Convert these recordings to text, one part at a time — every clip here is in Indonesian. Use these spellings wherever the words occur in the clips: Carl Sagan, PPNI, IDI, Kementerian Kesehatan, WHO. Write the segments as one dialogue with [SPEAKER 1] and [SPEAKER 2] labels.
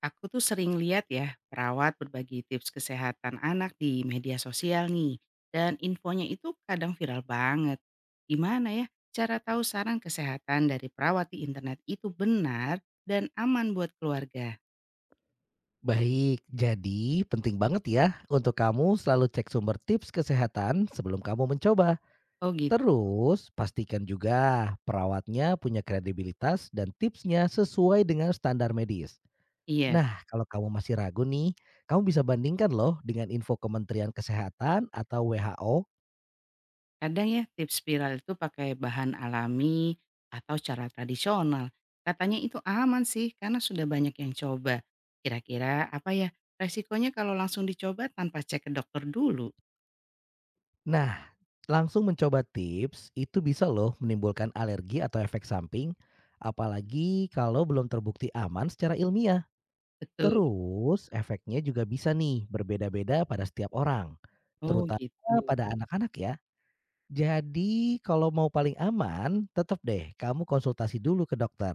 [SPEAKER 1] Aku tuh sering lihat ya, perawat berbagi tips kesehatan anak di media sosial nih. Dan infonya itu kadang viral banget. Gimana ya cara tahu saran kesehatan dari perawat di internet itu benar dan aman buat keluarga?
[SPEAKER 2] Baik, jadi penting banget ya untuk kamu selalu cek sumber tips kesehatan sebelum kamu mencoba.
[SPEAKER 1] Oh gitu.
[SPEAKER 2] Terus, pastikan juga perawatnya punya kredibilitas dan tipsnya sesuai dengan standar medis.
[SPEAKER 1] Iya,
[SPEAKER 2] Nah, kalau kamu masih ragu nih, kamu bisa bandingkan loh dengan info Kementerian Kesehatan atau WHO.
[SPEAKER 1] kadang ya tips viral itu pakai bahan alami atau cara tradisional. Katanya itu aman sih karena sudah banyak yang coba. Kira-kira apa ya resikonya kalau langsung dicoba tanpa cek ke dokter dulu?
[SPEAKER 2] Nah, langsung mencoba tips itu bisa loh menimbulkan alergi atau efek samping, apalagi kalau belum terbukti aman secara ilmiah.
[SPEAKER 1] Betul.
[SPEAKER 2] Terus efeknya juga bisa nih berbeda-beda pada setiap orang,
[SPEAKER 1] Oh
[SPEAKER 2] terutama
[SPEAKER 1] gitu.
[SPEAKER 2] pada anak-anak ya. Jadi kalau mau paling aman, tetap deh kamu konsultasi dulu ke dokter.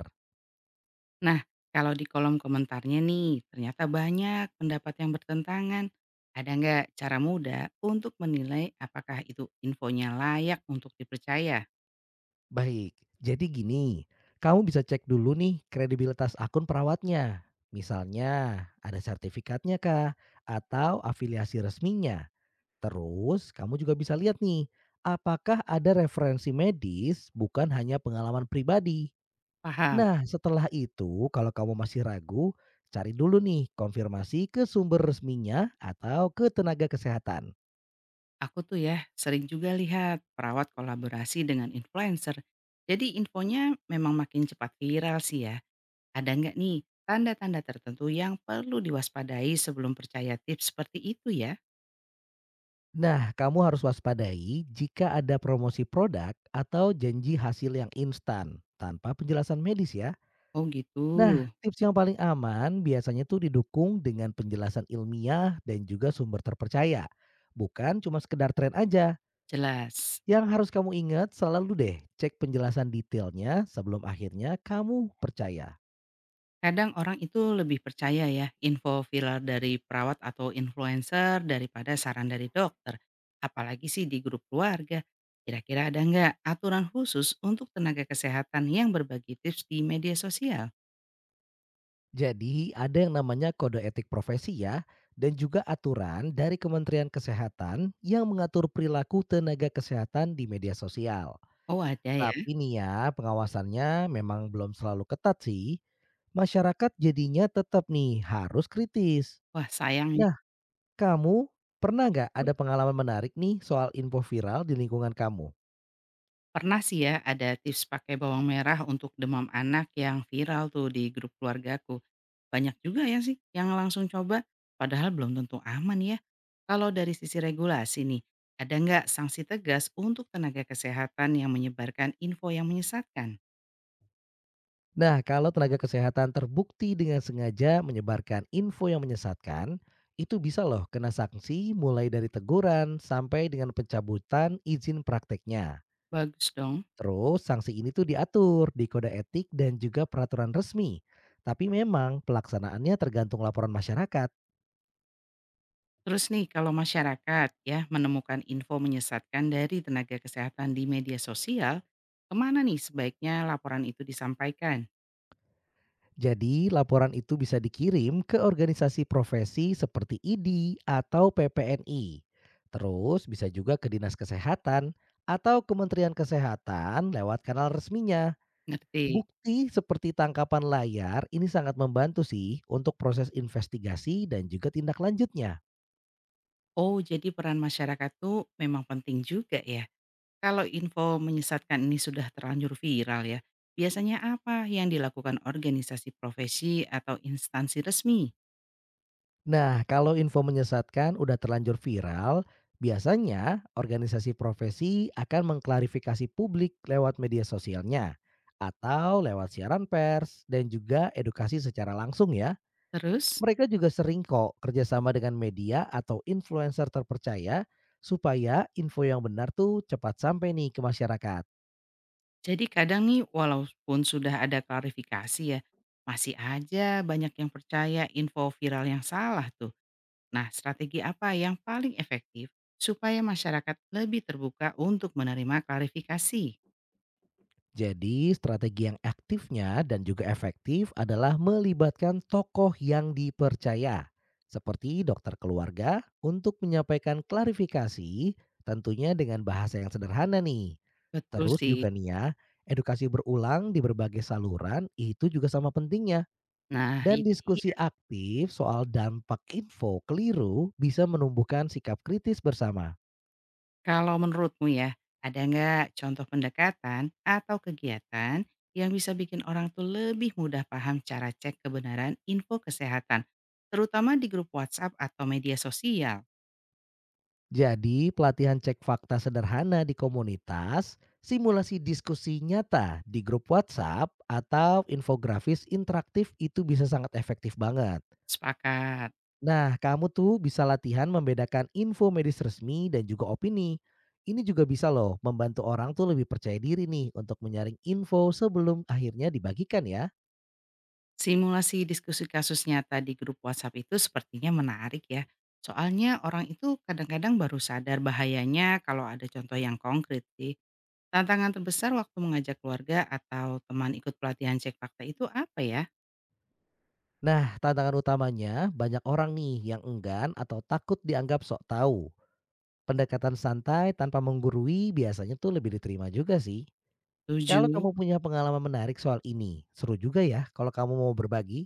[SPEAKER 1] Nah, kalau di kolom komentarnya nih ternyata banyak pendapat yang bertentangan. Ada nggak cara mudah untuk menilai apakah itu infonya layak untuk dipercaya?
[SPEAKER 2] Baik, jadi gini, kamu bisa cek dulu nih kredibilitas akun perawatnya. Misalnya ada sertifikatnya kah atau afiliasi resminya. Terus kamu juga bisa lihat nih, apakah ada referensi medis bukan hanya pengalaman pribadi.
[SPEAKER 1] Paham,
[SPEAKER 2] Nah, setelah itu kalau kamu masih ragu, cari dulu nih konfirmasi ke sumber resminya atau ke tenaga kesehatan.
[SPEAKER 1] aku tuh ya sering juga lihat perawat kolaborasi dengan influencer. Jadi infonya memang makin cepat viral sih ya. Ada nggak nih tanda-tanda tertentu yang perlu diwaspadai sebelum percaya tips seperti itu ya?
[SPEAKER 2] Nah, kamu harus waspadai jika ada promosi produk atau janji hasil yang instan tanpa penjelasan medis ya.
[SPEAKER 1] Oh gitu,
[SPEAKER 2] Nah, tips yang paling aman biasanya tuh didukung dengan penjelasan ilmiah dan juga sumber terpercaya. Bukan cuma sekedar tren aja.
[SPEAKER 1] jelas.
[SPEAKER 2] Yang harus kamu ingat selalu deh cek penjelasan detailnya sebelum akhirnya kamu percaya.
[SPEAKER 1] Kadang orang itu lebih percaya ya info viral dari perawat atau influencer daripada saran dari dokter. Apalagi sih di grup keluarga. Kira-kira ada nggak aturan khusus untuk tenaga kesehatan yang berbagi tips di media sosial?
[SPEAKER 2] Jadi, ada yang namanya kode etik profesi ya, dan juga aturan dari Kementerian Kesehatan yang mengatur perilaku tenaga kesehatan di media sosial.
[SPEAKER 1] Oh ada ya?
[SPEAKER 2] Tapi nih ya, pengawasannya memang belum selalu ketat sih. Masyarakat jadinya tetap nih harus kritis.
[SPEAKER 1] Wah sayang ya.
[SPEAKER 2] Nah, kamu pernah nggak ada pengalaman menarik nih soal info viral di lingkungan kamu?
[SPEAKER 1] Pernah sih ya ada tips pakai bawang merah untuk demam anak yang viral tuh di grup keluargaku. Banyak juga ya sih yang langsung coba, padahal belum tentu aman ya. Kalau dari sisi regulasi nih, ada nggak sanksi tegas untuk tenaga kesehatan yang menyebarkan info yang menyesatkan?
[SPEAKER 2] Nah, kalau tenaga kesehatan terbukti dengan sengaja menyebarkan info yang menyesatkan, itu bisa loh kena sanksi mulai dari teguran sampai dengan pencabutan izin prakteknya.
[SPEAKER 1] Bagus dong.
[SPEAKER 2] Terus sanksi ini tuh diatur di kode etik dan juga peraturan resmi. Tapi memang pelaksanaannya tergantung laporan masyarakat.
[SPEAKER 1] Terus nih kalau masyarakat ya menemukan info menyesatkan dari tenaga kesehatan di media sosial, kemana nih sebaiknya laporan itu disampaikan?
[SPEAKER 2] Jadi, laporan itu bisa dikirim ke organisasi profesi seperti IDI atau PPNI. Terus bisa juga ke Dinas Kesehatan atau Kementerian Kesehatan lewat kanal resminya.
[SPEAKER 1] Ngerti?
[SPEAKER 2] Bukti seperti tangkapan layar ini sangat membantu sih untuk proses investigasi dan juga tindak lanjutnya.
[SPEAKER 1] Oh, jadi peran masyarakat tuh memang penting juga ya. Kalau info menyesatkan ini sudah terlanjur viral ya, biasanya apa yang dilakukan organisasi profesi atau instansi resmi?
[SPEAKER 2] Nah, kalau info menyesatkan udah terlanjur viral, biasanya organisasi profesi akan mengklarifikasi publik lewat media sosialnya atau lewat siaran pers dan juga edukasi secara langsung ya.
[SPEAKER 1] Terus,
[SPEAKER 2] Mereka juga sering kok kerjasama dengan media atau influencer terpercaya supaya info yang benar tuh cepat sampai nih ke masyarakat.
[SPEAKER 1] jadi kadang nih walaupun sudah ada klarifikasi ya, masih aja banyak yang percaya info viral yang salah tuh. Nah, strategi apa yang paling efektif supaya masyarakat lebih terbuka untuk menerima klarifikasi?
[SPEAKER 2] Jadi, strategi yang aktifnya dan juga efektif adalah melibatkan tokoh yang dipercaya, seperti dokter keluarga, untuk menyampaikan klarifikasi, tentunya dengan bahasa yang sederhana nih.
[SPEAKER 1] Betul
[SPEAKER 2] Terus
[SPEAKER 1] sih.
[SPEAKER 2] juga nih ya, edukasi berulang di berbagai saluran itu juga sama pentingnya.
[SPEAKER 1] Nah,
[SPEAKER 2] Dan
[SPEAKER 1] itu.
[SPEAKER 2] diskusi aktif soal dampak info keliru bisa menumbuhkan sikap kritis bersama.
[SPEAKER 1] Kalau menurutmu ya, ada nggak contoh pendekatan atau kegiatan yang bisa bikin orang tuh lebih mudah paham cara cek kebenaran info kesehatan, terutama di grup WhatsApp atau media sosial?
[SPEAKER 2] Jadi, pelatihan cek fakta sederhana di komunitas, simulasi diskusi nyata di grup WhatsApp, atau infografis interaktif itu bisa sangat efektif banget.
[SPEAKER 1] Sepakat.
[SPEAKER 2] Nah, kamu tuh bisa latihan membedakan info medis resmi dan juga opini. Ini juga bisa loh membantu orang tuh lebih percaya diri nih untuk menyaring info sebelum akhirnya dibagikan ya.
[SPEAKER 1] Simulasi diskusi kasus nyata di grup WhatsApp itu sepertinya menarik ya. Soalnya orang itu kadang-kadang baru sadar bahayanya kalau ada contoh yang konkret sih. Tantangan terbesar waktu mengajak keluarga atau teman ikut pelatihan cek fakta itu apa ya?
[SPEAKER 2] Nah, tantangan utamanya banyak orang nih yang enggan atau takut dianggap sok tahu. Pendekatan santai tanpa menggurui biasanya tuh lebih diterima juga sih. Kalau
[SPEAKER 1] Tujuh.
[SPEAKER 2] kamu punya pengalaman menarik soal ini, seru juga ya kalau kamu mau berbagi.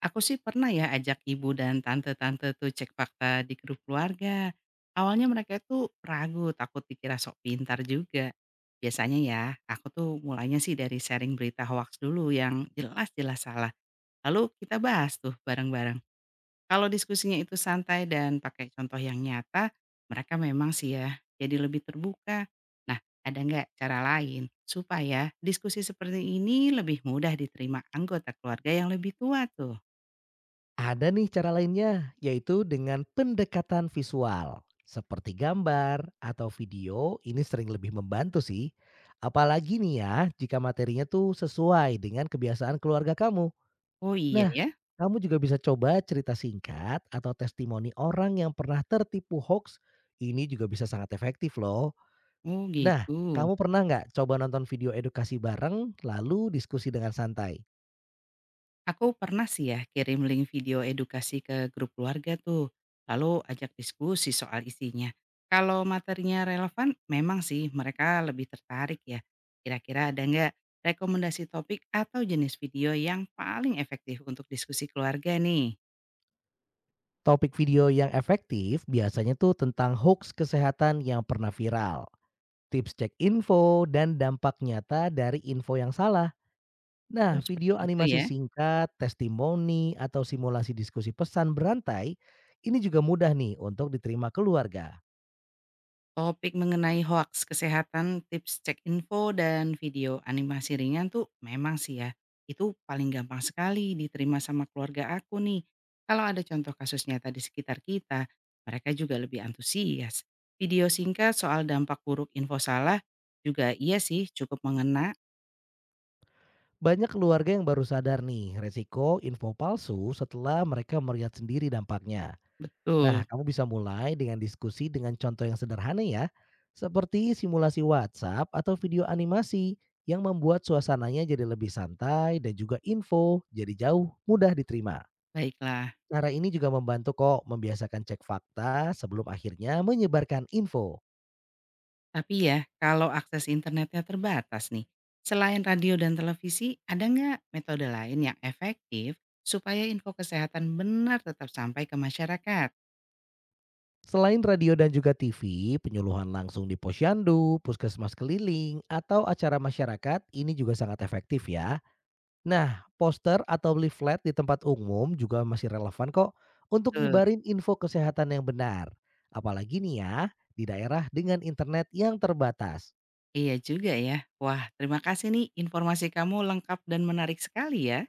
[SPEAKER 1] Aku sih pernah ya ajak ibu dan tante-tante tuh cek fakta di grup keluarga. Awalnya mereka tuh ragu, takut dikira sok pintar juga. Biasanya ya, aku tuh mulainya sih dari sharing berita hoax dulu yang jelas-jelas salah. Lalu kita bahas tuh bareng-bareng. Kalau diskusinya itu santai dan pakai contoh yang nyata, mereka memang sih ya jadi lebih terbuka. Nah, ada nggak cara lain supaya diskusi seperti ini lebih mudah diterima anggota keluarga yang lebih tua tuh?
[SPEAKER 2] Ada nih cara lainnya, yaitu dengan pendekatan visual. Seperti gambar atau video, ini sering lebih membantu sih. Apalagi nih ya, jika materinya tuh sesuai dengan kebiasaan keluarga kamu.
[SPEAKER 1] Oh iya
[SPEAKER 2] Nah,
[SPEAKER 1] ya?
[SPEAKER 2] kamu juga bisa coba cerita singkat atau testimoni orang yang pernah tertipu hoax. Ini juga bisa sangat efektif loh.
[SPEAKER 1] Oh
[SPEAKER 2] Nah,
[SPEAKER 1] gitu.
[SPEAKER 2] kamu pernah nggak coba nonton video edukasi bareng lalu diskusi dengan santai?
[SPEAKER 1] Aku pernah sih ya kirim link video edukasi ke grup keluarga tuh, lalu ajak diskusi soal isinya. Kalau materinya relevan, memang sih mereka lebih tertarik ya. Kira-kira ada nggak rekomendasi topik atau jenis video yang paling efektif untuk diskusi keluarga nih?
[SPEAKER 2] Topik video yang efektif biasanya tuh tentang hoax kesehatan yang pernah viral, tips cek info, dan dampak nyata dari info yang salah. Nah,
[SPEAKER 1] Oh, seperti
[SPEAKER 2] video
[SPEAKER 1] itu
[SPEAKER 2] animasi
[SPEAKER 1] ya?
[SPEAKER 2] singkat, testimoni, atau simulasi diskusi pesan berantai, ini juga mudah nih untuk diterima keluarga.
[SPEAKER 1] Topik mengenai hoaks kesehatan, tips cek info, dan video animasi ringan tuh memang sih ya, itu paling gampang sekali diterima sama keluarga aku nih. Kalau ada contoh kasus nyata di sekitar kita, mereka juga lebih antusias. Video singkat soal dampak buruk info salah juga iya sih cukup mengena.
[SPEAKER 2] Banyak keluarga yang baru sadar nih resiko info palsu setelah mereka melihat sendiri dampaknya. Nah,
[SPEAKER 1] Betul,
[SPEAKER 2] kamu bisa mulai dengan diskusi dengan contoh yang sederhana ya, seperti simulasi WhatsApp atau video animasi yang membuat suasananya jadi lebih santai dan juga info jadi jauh mudah diterima.
[SPEAKER 1] baiklah.
[SPEAKER 2] Cara ini juga membantu kok membiasakan cek fakta sebelum akhirnya menyebarkan info.
[SPEAKER 1] Tapi ya, kalau akses internetnya terbatas nih, selain radio dan televisi, ada nggak metode lain yang efektif supaya info kesehatan benar tetap sampai ke masyarakat?
[SPEAKER 2] Selain radio dan juga TV, penyuluhan langsung di posyandu, puskesmas keliling, atau acara masyarakat ini juga sangat efektif ya. Nah, poster atau leaflet di tempat umum juga masih relevan kok untuk
[SPEAKER 1] Betul.
[SPEAKER 2] nyebarin info kesehatan yang benar. Apalagi nih ya, di daerah dengan internet yang terbatas.
[SPEAKER 1] Iya juga ya. Wah, terima kasih nih informasi kamu lengkap dan menarik sekali ya.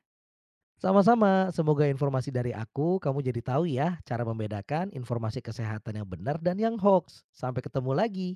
[SPEAKER 2] Sama-sama, semoga informasi dari aku kamu jadi tahu ya cara membedakan informasi kesehatan yang benar dan yang hoax. Sampai ketemu lagi.